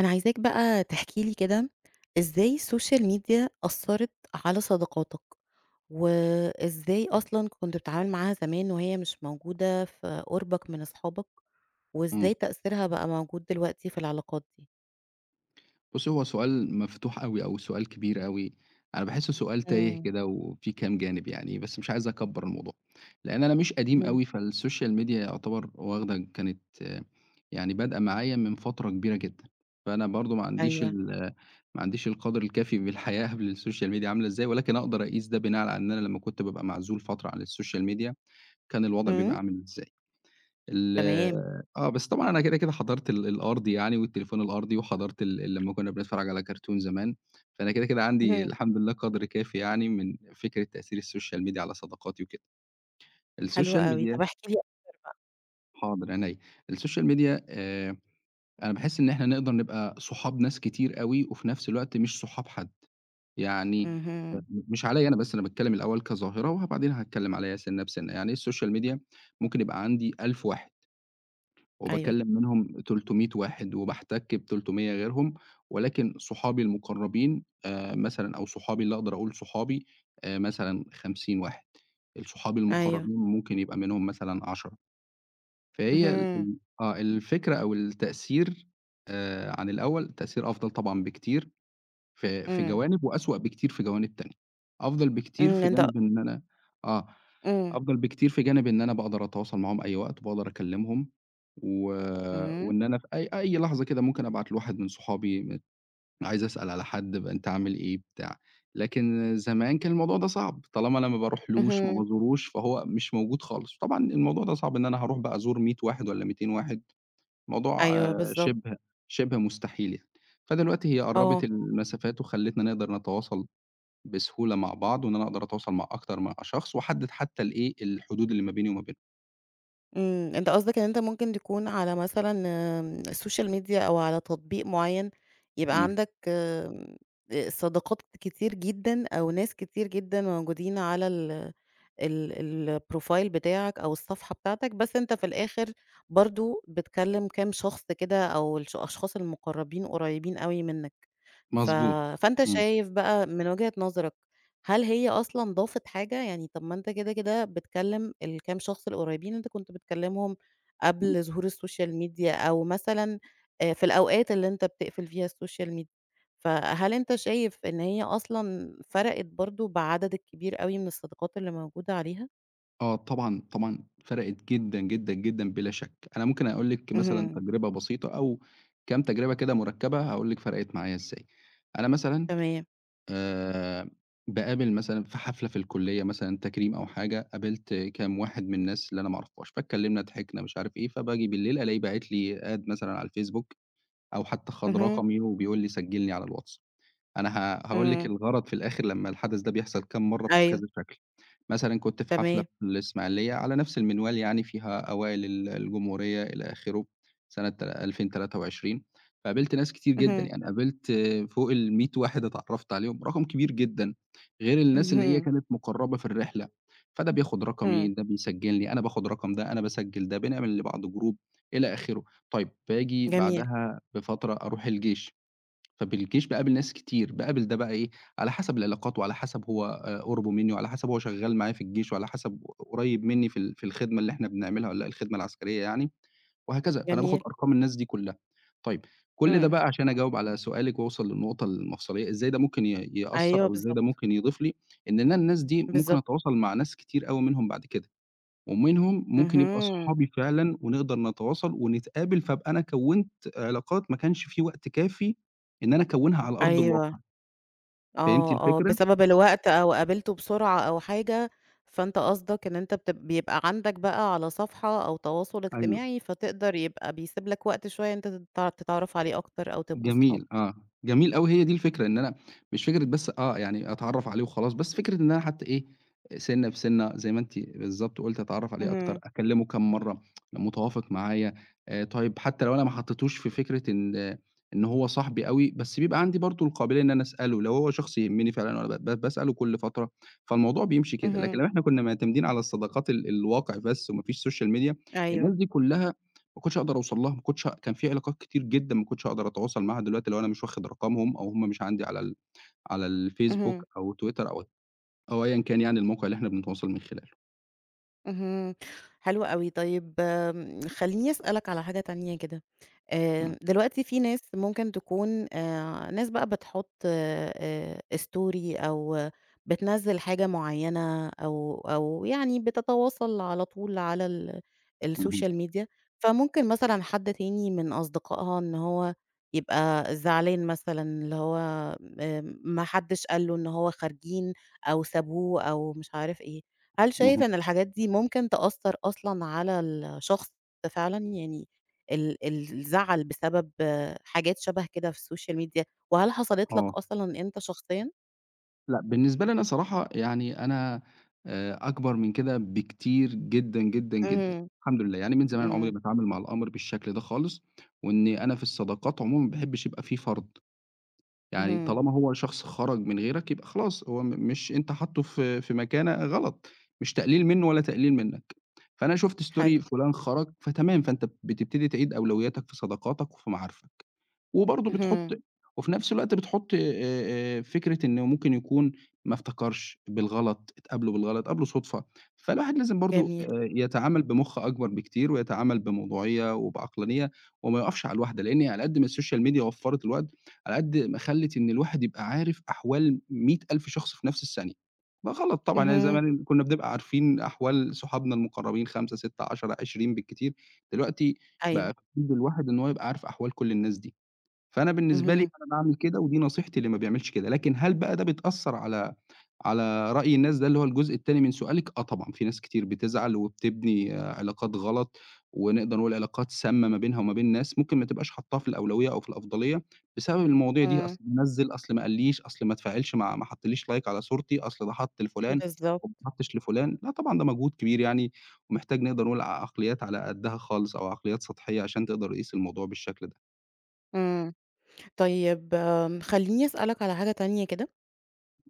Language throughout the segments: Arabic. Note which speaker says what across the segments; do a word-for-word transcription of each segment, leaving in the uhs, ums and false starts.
Speaker 1: أنا عايزاك بقى تحكي لي كده، إزاي السوشيال ميديا أثّرت على صداقاتك، وإزاي أصلًا كنت بتتعامل معاها زمان وهي مش موجودة في قُربك من أصحابك، وإزاي
Speaker 2: إمم.
Speaker 1: تأثيرها بقى موجود دلوقتي في العلاقات دي؟
Speaker 2: بُصّي، هو سؤال مفتوح أوي أو سؤال كبير أوي، أنا باحسّه سؤال تايه
Speaker 1: إمم.
Speaker 2: كده وفيه كام جانب يعني، بس مش عايز أكبّر الموضوع، لإن أنا مش قديم
Speaker 1: اهم.
Speaker 2: أوي، فالسوشيال ميديا يعتبر واخدة كانت آه، يعني بادئة معايا من فترة كبيرة جدًا، فأنا برضه ما عنديش
Speaker 1: أيوه.
Speaker 2: ال آه، ما عنديش القدْر الكافي بالحياة قبل السوشيال ميديا عاملة إزاي، ولكن أقدر أقيس ده بناءً على إن أنا لمّا كنت بابقى معزول فترة عن السوشيال ميديا، كان الوضع
Speaker 1: إمم.
Speaker 2: بيبقى عامل إزاي. ال
Speaker 1: تمام.
Speaker 2: آه، بس طبعًا أنا كده، كده حضرت ال الأرضي يعني والتليفون الأرضي، وحضرت ال لمّا كُنّا بنتفرّج على كرتون زمان، فأنا كده، كده عندي
Speaker 1: اهم.
Speaker 2: الحمد لله قدْر كافي يعني من فكرة تأثير السوشيال ميديا على صداقاتي وكده.
Speaker 1: حلو
Speaker 2: السوشيال
Speaker 1: أوي، طب
Speaker 2: ميديا
Speaker 1: احكِ لي.
Speaker 2: حاضر عينيّا. السوشيال ميديا آآ، أنا باحس إن إحنا نقدر نبقى صحاب ناس كتير أوي، وفي نفْس الوقت مش صحاب حد، يعني م
Speaker 1: اهم.
Speaker 2: مش عليّا أنا بس، أنا باتكلّم الأول كظاهرة، وبعدين هاتكلّم عليّا سِنّة بسِنّة. يعني إيه السوشيال ميديا ممكن يبقى عندي ألف واحد.
Speaker 1: أيوه.
Speaker 2: وباكلّم منهم تلت ميّة واحد وباحتَك بتلت ميّة غيرهم، ولكن صحابي المُقرّبين آآ مثلًا أو صحابي اللي أقدر أقول صحابي آآ مثلًا خمسين واحد، الصحابي
Speaker 1: أيوه.
Speaker 2: المُقرّبين ممكن يبقى منهم مثلًا عشرة فهي ال
Speaker 1: اهم.
Speaker 2: ال آه، الفكرة أو التأثير آآ عن الأول، تأثير أفضل طبعًا بكتير في في
Speaker 1: إمم.
Speaker 2: جوانب وأسوأ بكتير في جوانب تانية، أفضل بكتير
Speaker 1: إمم.
Speaker 2: في
Speaker 1: أنت
Speaker 2: جانب إن أنا آه.
Speaker 1: إمم.
Speaker 2: أفضل بكتير في جانب إن أنا باقدر أتواصل معاهم أي وقت، باقدر أكلّمهم و
Speaker 1: اهم.
Speaker 2: وإن أنا في أي أي لحظة كده ممكن أبعت لواحد من صحابي م عايز أسأل على حد ب أنت عامل إيه بتاع، لكن زمان كان الموضوع ده صعب، طالما أنا ما باروحلوش ما
Speaker 1: اهم.
Speaker 2: بازوروش فهو مش موجود خالص، طبعًا الموضوع ده صعب إن أنا هاروح بقى أزور ميّة واحد والّا ميتين واحد، موضوع
Speaker 1: أيوه
Speaker 2: آه،
Speaker 1: بالضبط.
Speaker 2: شِبه شِبه مستحيل يعني، فدلوقتي هي
Speaker 1: آه.
Speaker 2: قرّبت المسافات وخلّتنا نقدر نتواصل بسهولة مع بعض، وإن أنا أقدر أتواصل مع أكتر من شخص، وأحدد حتى الإيه، الحدود اللي ما بيني وما بينهم.
Speaker 1: إمم، أنت قصدك إن أنت ممكن تكون على مثلًا آمم، السوشيال ميديا أو على تطبيق معيّن، يبقى
Speaker 2: إمم،
Speaker 1: عندك آمم، آآ، صداقات كتير جدًا أو ناس كتير جدًا موجودين على ال ال الprofile بتاعك أو الصفحة بتاعتك، بس أنت في الآخر برضه بتكلّم كام شخص كده، أو الش الأشخاص المقرّبين قريّبين أوي منّك. ف
Speaker 2: مضبوط،
Speaker 1: فأنت
Speaker 2: إمم،
Speaker 1: شايف بقى من وجهة نظرك، هل هي أصلًا ضافت حاجة؟ يعني طب ما أنت كده، كده بتكلّم الكام شخص القريبين أنت كنت بتكلّمهم قبل ظهور السوشيال ميديا، أو مثلًا آآ في الأوقات اللي أنت بتقفل فيها السوشيال ميديا، فهل أنت شايف إن هي أصلًا فرقت برضه بالعدد الكبير أوي من الصداقات اللي موجودة عليها؟
Speaker 2: آه طبعًا، طبعًا فرقت جدًا، جدًا، جدًا بلا شك. أنا ممكن أقول لِك مثلًا
Speaker 1: اهم.
Speaker 2: تجربة بسيطة أو كام تجربة كده مركبة هاقول لِك فرقت معايا إزاي. أنا مثلًا
Speaker 1: تمام.
Speaker 2: آآ، باقابل مثلًا في حفلة في الكلية مثلًا تكريم أو حاجة، قابلت كام واحد من الناس اللي أنا ما أعرفهاش، فاتكلمنا، ضحكنا، مش عارف إيه، فباجي بالليل ألاقيه باعت لي ad مثلًا على الفيسبوك أو حتى خَد
Speaker 1: اهم.
Speaker 2: رقمي وبيقول لي سجّلني على الواتس. أنا ه هاقول لِك
Speaker 1: إمم.
Speaker 2: الغرض في الآخر لمّا الحدث ده بيحصل كام مرّة بكذا
Speaker 1: أيوه.
Speaker 2: شكل. مثلًا كنت في حفلة
Speaker 1: تمام.
Speaker 2: في الإسماعيلية على نفس المنوال يعني فيها أوائل ال الجمهورية إلى آخره، سنة تلا ألفين وتلاتة وعشرين فقابلت ناس كتير جدًا،
Speaker 1: اهم.
Speaker 2: يعني قابلت فوق الميّة واحد اتعرّفت عليهم، رقم كبير جدًا، غير الناس اللي هي
Speaker 1: اهم.
Speaker 2: كانت مُقرّبة في الرحلة، فده بياخد رقمي،
Speaker 1: إمم.
Speaker 2: ده بيسجّلني، أنا باخد رقم ده، أنا باسجّل ده، بنعمل لبعض جروب إلى آخره. طيب باجي
Speaker 1: جميل.
Speaker 2: بعدها بفترة أروح الجيش. فبالجيش باقابل ناس كتير، باقابل ده بقى إيه، على حسب العلاقات وعلى حسب هو آآ قُربه منّي وعلى حسب هو شغّال معايا في الجيش وعلى حسب قريّب منّي في ال في الخدمة اللي إحنا بنعملها والّا لأ، الخدمة العسكرية يعني وهكذا، فأنا باخُد
Speaker 1: جميل.
Speaker 2: أرقام الناس دي كُلّها. طيب، كل ده
Speaker 1: إمم.
Speaker 2: بقى عشان أجاوب على سؤالِك وأوصل للنقطة المفصلية، إزاي ده ممكن ي يأثّر
Speaker 1: أيوه
Speaker 2: أو إزاي ده
Speaker 1: بالضبط.
Speaker 2: ممكن يضيف لي، إن أنا الناس دي ممكن
Speaker 1: بالضبط.
Speaker 2: أتواصل مع ناس كتير أوي منهم بعد كده. ومنهم ممكن يبقى
Speaker 1: اهم.
Speaker 2: صحابي فعلًا ونقدر نتواصل ونتقابل، فابقى أنا كوّنت علاقات ما كانش في وقت كافي إن أنا أكوّنها على أرض
Speaker 1: أيوه.
Speaker 2: الواقع، فهمتِ
Speaker 1: آه، آه،
Speaker 2: الفكرة؟
Speaker 1: بسبب الوقت أو قابلته بسرعة أو حاجة. فأنت قصدك إن أنت بتب بيبقى عندك بقى على صفحة أو تواصل
Speaker 2: أيوه.
Speaker 1: اجتماعي، فتقدر يبقى بيسيب لك وقت شوية أنت تتع تتعرف عليه أكتر أو تبقوا صحاب.
Speaker 2: جميل، آه، جميل أوي هي دي الفكرة، إن أنا مش فكرة بس آه، يعني أتعرّف عليه وخلاص، بس فكرة إن أنا حتى إيه، سِنّة بسِنّة زي ما أنتِ بالضبط قُلتِ أتعرّف عليه أكتر،
Speaker 1: اهم.
Speaker 2: أكلّمه كام مرّة، لما متوافق معايا، آآ طيب حتى لو أنا ما حطيتوش في فكرة إن آه، إن هو صاحبي أوي، بس بيبقى عندي برضه القابلية إن أنا أسأله، لو هو شخص يهمني فعلًا وأنا ب ب باسأله كل فترة، فالموضوع بيمشي كده، لكن
Speaker 1: اهم.
Speaker 2: لو إحنا كُنّا معتمدين على الصداقات ال الواقع بس وما فيش social media،
Speaker 1: أيوه.
Speaker 2: الناس دي كُلّها ما كنتش هاقدر أوصل لها، ما كنتش ه كان في علاقات كتير جدًا ما كنتش هاقدر أتواصل معاها دلوقتي لو أنا مش واخد رقمهم أو هم مش عندي على ال على الفيسبوك
Speaker 1: اهم.
Speaker 2: أو تويتر أو أو أيًا كان يعني الموقع اللي إحنا بنتواصل من خلاله.
Speaker 1: اهم، حلو أوي. طيب آمم، خلّيني أسألك على حاجة تانية كده. آآ
Speaker 2: إمم،
Speaker 1: دلوقتي في ناس ممكن تكون آآ ناس بقى بتحُط آآ story أو آه، بتنزّل حاجة معيّنة، أو أو يعني بتتواصل على طول على ال
Speaker 2: اهم،
Speaker 1: السوشيال ميديا، فممكن مثلًا حد تاني من أصدقائها إن هو يبقى زعلان مثلًا، اللي هو آآ ما حدّش قال له إن هو خارجين أو سابوه أو مش عارف إيه. هل شايف
Speaker 2: اهم،
Speaker 1: إن الحاجات دي ممكن تأثّر أصلًا على الشخص فعلًا؟ يعني ال ال الزعل بسبب آه، حاجات شبه كده في السوشيال ميديا، وهل حصلت لك
Speaker 2: آه.
Speaker 1: أصلًا أنت شخصيًا؟
Speaker 2: لأ، بالنسبة لي أنا صراحة يعني أنا آآ أكبر من كده بكتير جدًا، جدًا، جدًا،
Speaker 1: اهم.
Speaker 2: الحمد لله. يعني من زمان عمري
Speaker 1: إمم.
Speaker 2: ما اتعامل مع الأمر بالشكل ده خالص، وإني أنا في الصداقات عمومًا ما باحبش يبقى في فرض. يعني
Speaker 1: اهم.
Speaker 2: طالما هو شخص خرج من غيرك يبقى خلاص هو م مش أنت حاطّه في في مكانة غلط، مش تقليل منّه ولا تقليل منّك. فأنا شُفت
Speaker 1: حلو.
Speaker 2: story فلان خرج فتمام، فأنت بتبتدي تعيد أولوياتك في صداقاتك وفي معارفك. وبرضه بتحُط
Speaker 1: اهم.
Speaker 2: وفي نفس الوقت بتحُط آآ، آآ، فكرة إنه ممكن يكون ما افتكرش بالغلط، اتقابلوا بالغلط، اتقابلوا صُدفة، فالواحد لازم برضه آآ،
Speaker 1: جميل.
Speaker 2: يتعامل بمُخ أكبر بكتير، ويتعامل بموضوعية وبعقلانية، وما يقفش على الواحدة، لإن على قد ما السوشيال ميديا وفّرت الوقت، على قد ما خلّت إن الواحد يبقى عارف أحوال ميّة ألف شخص في نفس الثانية، ده غلط طبعًا يعني
Speaker 1: اهم.
Speaker 2: زمان كنا بنبقى عارفين أحوال صحابنا المقربين خمسة، ستة، عشرة، عشرين بالكتير، دلوقتي
Speaker 1: أيوه.
Speaker 2: بقى في إيد الواحد إن هو يبقى عارف أحوال كل الناس دي. فأنا بالنسبة لي
Speaker 1: اهم.
Speaker 2: أنا باعمل كده، ودي نصيحتي للي ما بيعملش كده، لكن هل بقى ده بيتأثّر على على رأي الناس ده اللي هو الجزء التاني من سؤالِك؟ آه طبعًا، في ناس كتير بتزعل وبتبني آه، علاقات غلط، ونقدر نقول علاقات سامة ما بينها وما بين ناس ممكن ما تبقاش حاطّاها في الأولوية أو في الأفضلية بسبب المواضيع دي،
Speaker 1: إمم.
Speaker 2: أصل نزّل، أصل ما قالّيش، أصل ما اتفاعلش مع ما حطّليش like على صورتي، أصل ده حَط لفلان
Speaker 1: بالضبط.
Speaker 2: وما حطّش لفلان، لأ طبعًا ده مجهود كبير يعني، ومحتاج نقدر نقول ع عقليات على قدّها خالص أو عقليات سطحية عشان تقدر تقيس الموضوع بالشكل ده.
Speaker 1: إمم. طيب آمم، خلّيني أسألك على حاجة تانية كده.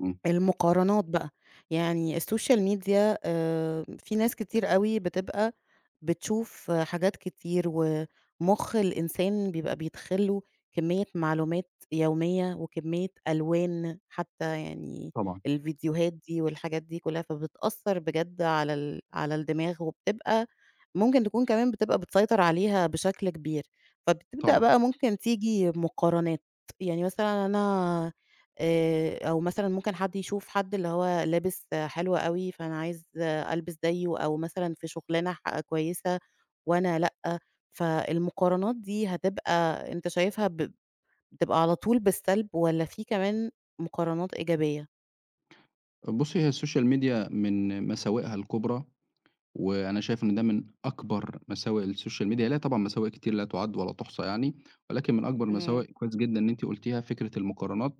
Speaker 2: إمم،
Speaker 1: المقارنات بقى. يعني السوشيال ميديا آآ في ناس كتير أوي بتبقى بتشوف آه، حاجات كتير، ومُخ الإنسان بيبقى بيدخل له كمية معلومات يومية، وكمية ألوان حتى، يعني
Speaker 2: طبعًا.
Speaker 1: الفيديوهات دي والحاجات دي كلها، فبتأثّر بجد على ال على الدماغ، وبتبقى ممكن تكون كمان بتبقى بتسيطر عليها بشكل كبير، فبتبدأ
Speaker 2: طبعًا.
Speaker 1: بقى ممكن تيجي مقارنات. يعني مثلًا أنا آآ، أو مثلًا ممكن حد يشوف حد اللي هو لابس حلو أوي، فأنا عايز ألبس زيه، أو مثلًا في شغلانة ح كويسة وأنا لأ، فالمقارنات دي هتبقى أنت شايفها ب بتبقى على طول بالسلب، والّا في كمان مقارنات إيجابية؟
Speaker 2: بُصّي، هي السوشيال ميديا من مساوئها الكبرى، وأنا شايف إن ده من أكبر مساوئ السوشيال ميديا، هي ليها طبعًا مساوئ كتير لا تُعَد ولا تُحصى يعني، ولكن من أكبر
Speaker 1: اهم.
Speaker 2: المساوئ كويس جدًا إن أنتِ قُلتيها، فكرة المقارنات.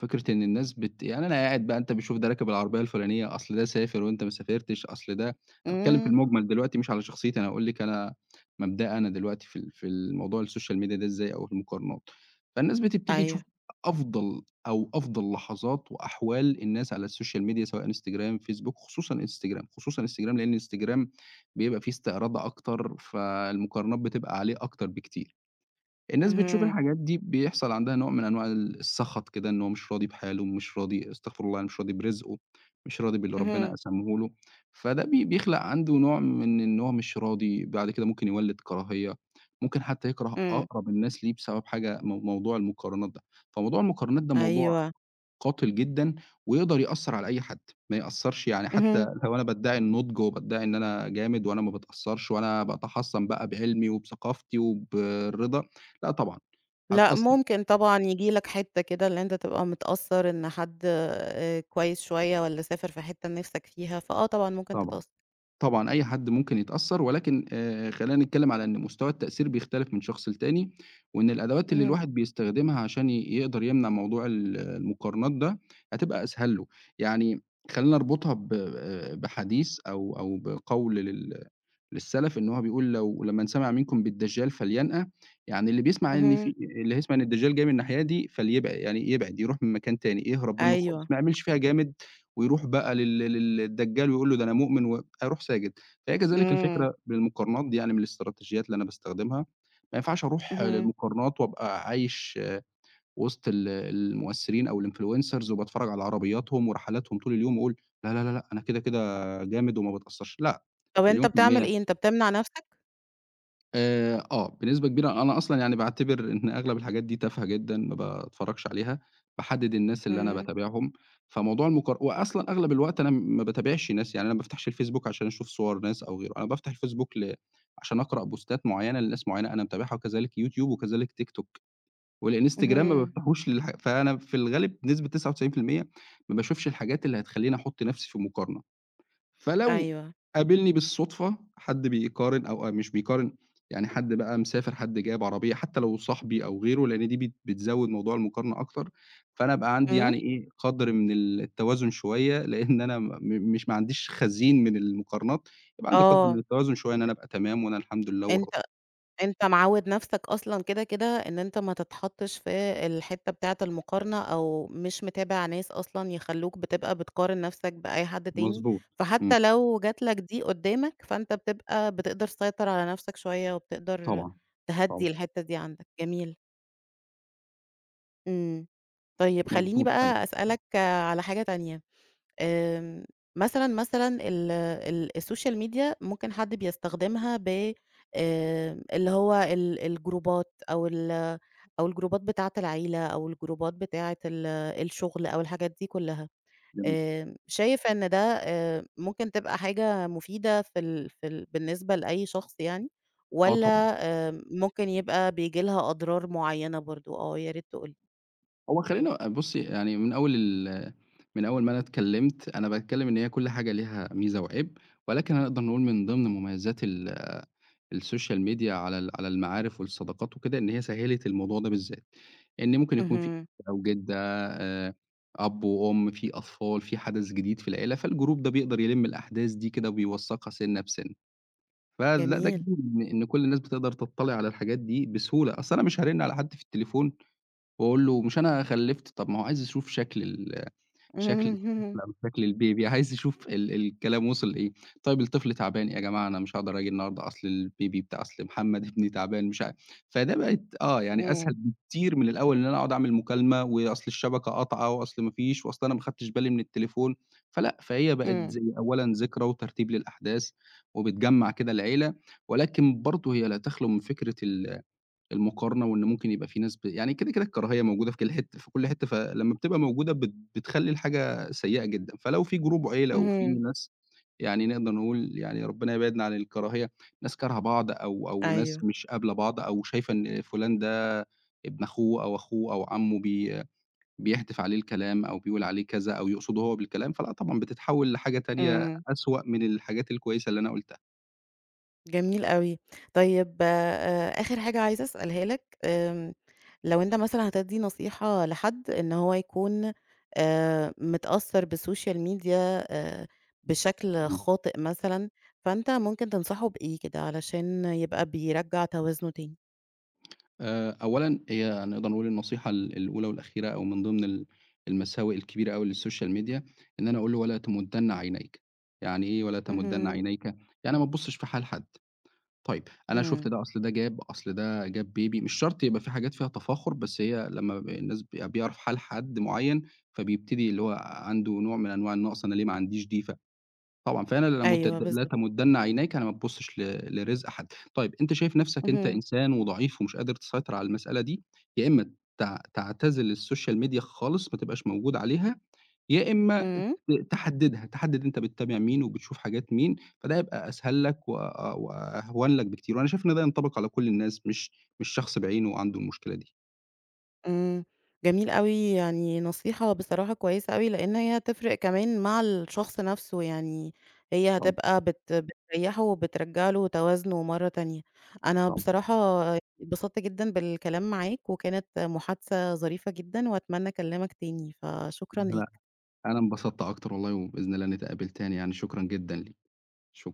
Speaker 2: فكرة إن الناس بت يعني أنا قاعد بقى أنت بتشوف ده راكب العربية الفلانية، أصل ده سافر وأنت ما سافرتش، أصل ده أنا باتكلّم في
Speaker 1: إمم.
Speaker 2: المُجمل دلوقتي مش على شخصيتي، أنا باقول لِك أنا مبدأي أنا دلوقتي في ال في الموضوع السوشيال ميديا ده إزاي أو المقارنات. فالناس بتبتدي تشوف
Speaker 1: أيوه.
Speaker 2: أفضل أو أفضل لحظات وأحوال الناس على السوشيال ميديا سواء إنستجرام، فيسبوك، خصوصًا إنستجرام، خصوصًا إنستجرام لإن إنستجرام بيبقى فيه استعراض أكتر، فالمقارنات بتبقى عليه أكتر بكتير. الناس بتشوف
Speaker 1: اهم.
Speaker 2: الحاجات دي بيحصل عندها نوع من أنواع ال السَخَط كده، إن هو مش راضي بحاله، مش راضي استغفر الله، مش راضي برزقه، مش راضي باللي ربنا
Speaker 1: اهم.
Speaker 2: قسمه له، فده بي بيخلق عنده نوع من إن هو مش راضي، بعد كده ممكن يولِّد كراهية، ممكن حتى يكره
Speaker 1: إمم.
Speaker 2: أقرب الناس ليه بسبب حاجة مو موضوع المقارنات ده، فموضوع المقارنات ده موضوع
Speaker 1: أيوه.
Speaker 2: قاتل جدًا ويقدر يأثّر على أي حد، ما يأثّرش يعني حتى
Speaker 1: اهم.
Speaker 2: لو أنا بادّعي النُضج وبادّعي إن أنا جامد وأنا ما باتأثّرش وأنا باتحصّن بقى بعلمي وبثقافتي وبالرضا، لأ طبعًا،
Speaker 1: لأ،
Speaker 2: هاتأثّر
Speaker 1: ممكن طبعًا ييجي لك حتّة كده اللي أنت تبقى متأثّر إن حد آآ، كويس شوية والّا سافر في حتّة نِفْسك فيها، فآه طبعًا ممكن
Speaker 2: طبعًا،
Speaker 1: تتأثّر.
Speaker 2: طبعًا أي حد ممكن يتأثّر ولكن آآ خلّينا نتكلّم على إن مستوى التأثير بيختلف من شخص لتاني، وإن الأدوات اللي
Speaker 1: اهم.
Speaker 2: الواحد بيستخدمها عشان ي يقدر يمنع موضوع ال المقارنات ده هتبقى أسهل له، يعني خلّينا نربطها ب آآ بحديث أو أو بقول لل للسَلَف إن هو بيقول لو "لمّن سمع منكم بالدجّال فلينأى." يعني اللي بيسمع إن
Speaker 1: اهم.
Speaker 2: في اللي هيسمع إن الدجّال جاي من الناحية دي فليبعد، يعني يبعد، يروح من مكان تاني، يهرب منّه
Speaker 1: أيوه.
Speaker 2: خالص، ما يعملش فيها جامد ويروح بقى لل لل للدجّال ويقول له ده أنا مؤمن و هيروح ساجد. فهي كذلك
Speaker 1: إمم.
Speaker 2: الفكرة بالمقارنات دي يعني من الاستراتيجيات اللي أنا باستخدمها، ما ينفعش أروح
Speaker 1: اهم.
Speaker 2: للمقارنات وأبقى عايش وسط ال المؤثّرين أو الinfluencers وباتفرّج على عربياتهم ورحلاتهم طول اليوم وأقول لا، لا، لا، لأ، أنا كده، كده جامد وما باتأثّرش، لأ،
Speaker 1: طَب أنت
Speaker 2: مليون في
Speaker 1: بتعمل
Speaker 2: المِيّة
Speaker 1: إيه، أنت بتمنع نَفْسك؟
Speaker 2: آآ آه، بنسبة كبيرة أنا أصلًا يعني باعتبر إن أغلب الحاجات دي تافهة جدًا، ما باتفرّجش عليها، باحدِّد الناس اللي أنا
Speaker 1: إمم.
Speaker 2: باتابعهم، فموضوع المقار وأصلًا أغلب الوقت أنا ما باتابعش ناس، يعني أنا ما بافتحش الفيسبوك عشان أشوف صور ناس أو غيره، أنا بافتح الفيسبوك ل عشان أقرأ بوستات معيّنة لناس معيّنة أنا متابعها، وكذلك يوتيوب وكذلك تيك توك، والإنستجرام ما
Speaker 1: اهم.
Speaker 2: بافتحوش للح فأنا في الغالب بنسبة تسعة وتسعين في المية ما باشوفش الحاجات اللي هتخلّيني أحُط نَفْسي في مقارنة. فلو
Speaker 1: أيوه.
Speaker 2: قابلني بالصدفة حد بيقارن أو أو مش بيقارن، يعني حد بقى مسافر، حد جايب عربية، حتى لو صاحبي أو غيره، لإن دي بت بتزوّد موضوع المقارنة أكتر، فأنا أبقى عندي
Speaker 1: إمم.
Speaker 2: يعني إيه، قدر من ال التوازن شوية، لإن أنا م م- مش ما عنديش خزين من المقارنات، يبقى عندي قدر
Speaker 1: آه.
Speaker 2: من التوازن شوية إن أنا أبقى تمام وأنا الحمد لله وراضي.
Speaker 1: أنت أنت معوّد نَفْسك أصلًا كده، كده إن أنت ما تتحطّش في الحتّة بتاعة المقارنة، أو مش متابع ناس أصلًا يخلّوك بتبقى بتقارن نَفْسك بأي حد تاني،
Speaker 2: مضبوط، إمم،
Speaker 1: فحتى لو جات لك دي قدّامك فأنت بتبقى بتقدر تسيطر على نَفْسك شوية، وبتقدر
Speaker 2: طبعًا، طبعًا،
Speaker 1: تهدّي الحتّة دي عندك. جميل. إمم. طيب خلّيني
Speaker 2: مضبوط، أيوه،
Speaker 1: بقى أسألك على حاجة تانية. آمم، مثلًا، مثلًا ال ال السوشيال ميديا ممكن حد بيستخدمها ب آآ، اللي هو ال الجروبات، أو ال أو الجروبات بتاعة العيلة، أو الجروبات بتاعة ال الشغل، أو الحاجات دي كلّها.
Speaker 2: جميل،
Speaker 1: آآ، شايف إن ده آآ، ممكن تبقى حاجة مفيدة في ال في ال بالنسبة لأي شخص يعني،
Speaker 2: آه
Speaker 1: والّا
Speaker 2: طبعًا.
Speaker 1: آآ، ممكن يبقى بييجي لها أضرار معيّنة برضه؟ آه، يا ريت تقول لي.
Speaker 2: هو خلّينا بُصّي، يعني من أول ال من أول ما أنا اتكلّمت، أنا باتكلّم إن هي كل حاجة ليها ميزة وعيب، ولكن هنقدر نقول من ضمن مميزات ال السوشيال ميديا على ال على المعارف والصداقات وكده، إن هي سهّلت الموضوع ده بالذات، إن ممكن يكون في
Speaker 1: اهم.
Speaker 2: جد أو جدة آآ، أب وأم، في أطفال، في حدث جديد في العيلة، فالجروب ده بيقدر يلِم الأحداث دي كده وبيوثّقها سِنّة بسِنّة، فلأ ده
Speaker 1: جميل.
Speaker 2: جميل إن إن كل الناس بتقدر تطّلع على الحاجات دي بسهولة، أصل أنا مش هارِن على حد في التليفون واقول له مش أنا خلّفت، طب ما هو عايز يشوف شكل ال شكل الطفل
Speaker 1: اهم.
Speaker 2: أو شكل الBaby عايز يشوف ال الكلام وصل لإيه. طيب الطفل تعبان، يا جماعة أنا مش هاقدر آجي النهارده أصل الBaby بتاع أصل محمد ابني تعبان مش ع فده بقت آه، يعني أسهل
Speaker 1: إمم.
Speaker 2: بكتير من الأول إن أنا أقعد أعمل مكالمة، وأصل الشبكة قاطعة، وأصل ما فيش، وأصل أنا ما خدتش بالي من التليفون، فلأ، فهي بقت
Speaker 1: إمم.
Speaker 2: زي أولًا ذكرى وترتيب للأحداث، وبتجمّع كده العيلة، ولكن برضه هي لا تخلو من فكرة ال المقارنة وإن ممكن يبقى في ناس ب يعني كده، كده الكراهية موجودة في كل حتّة في كل حتّة، فلمّا بتبقى موجودة بت بتخلّي الحاجة سيئة جدًا، فلو في جروب عيلة وفي
Speaker 1: اهم.
Speaker 2: ناس يعني نقدر نقول يعني ربنا يبعدنا عن الكراهية، ناس كارهة بعض أو أو
Speaker 1: أيوه.
Speaker 2: ناس مش قابلة بعض أو شايفة إن فلان ده ابن أخوه أو أخوه أو عمه بي بيهتف عليه الكلام أو بيقول عليه كذا أو يقصده هو بالكلام، فلأ طبعًا بتتحوّل لحاجة تانية
Speaker 1: إمم.
Speaker 2: أسوأ من الحاجات الكويسة اللي أنا قُلتها.
Speaker 1: جميل أوي. طيب آآ آخر حاجة عايزة أسألها لك. آمم، لو أنت مثلًا هتدّي نصيحة لحد إن هو يكون آآ متأثّر بالسوشيال ميديا آآ بشكل خاطئ مثلًا، فأنت ممكن تنصحه بإيه كده علشان يبقى بيرجّع توازنه تاني؟
Speaker 2: آآ أولًا هي نقدر نقول النصيحة ال الأولى والأخيرة أو من ضمن ال المساوئ الكبيرة أوي للسوشيال ميديا، إن أنا أقول له: "ولا تمُدَّنّ عينيك." يعني إيه ولا تمُدَّنّ
Speaker 1: اهم.
Speaker 2: عينيك؟ يعني ما تبُصّش في حال حد. طيب أنا شُفت
Speaker 1: إمم.
Speaker 2: ده، أصل ده جاب، أصل ده جاب بيبي مش شرط يبقى في حاجات فيها تفاخُر، بس هي لمّا ب الناس بيبقى بيعرف حال حد معيّن، فبيبتدي اللي هو عنده نوع من أنواع النقص، أنا ليه ما عنديش دي؟ طبعًا، فعلًا
Speaker 1: أيوه
Speaker 2: لمُتد لا
Speaker 1: بالضبط.
Speaker 2: تمُدَّنّ عينيك أنا ما تبُصّش ل لرزق حد. طيب أنت شايف نَفْسك أنت
Speaker 1: اهم.
Speaker 2: إنسان وضعيف ومش قادر تسيطر على المسألة دي، يا إمّا تع تعتزل الSocial Media خالص ما تبقاش موجود عليها، يا إمّا ت
Speaker 1: إمم.
Speaker 2: تحدِّدها، تحدِّد أنت بتتابع مين وبتشوف حاجات مين، فده هيبقى أسهل لك و أ وأهون لك بكتير، وأنا شايف إن ده ينطبق على كل الناس مش مش شخص بعينه عنده المشكلة دي.
Speaker 1: إمم، جميل أوي، يعني نصيحة بصراحة كويسة أوي، لإن هي هتفرق كمان مع الشخص نفسه، يعني هي
Speaker 2: طبعًا،
Speaker 1: هتبقى بت بتريّحه وبترجّع له توازنه مرّة تانية. أنا
Speaker 2: طبعًا.
Speaker 1: بصراحة اتبسطت جدًا بالكلام معاك، وكانت محادثة ظريفة جدًا، وأتمنى أكلّمك تاني، فشكرًا
Speaker 2: أنا
Speaker 1: ليك.
Speaker 2: أنا انبسطت أكتر والله وبإذن الله نتقابل تاني يعني، شكرًا جدًا ليك. شكرًا.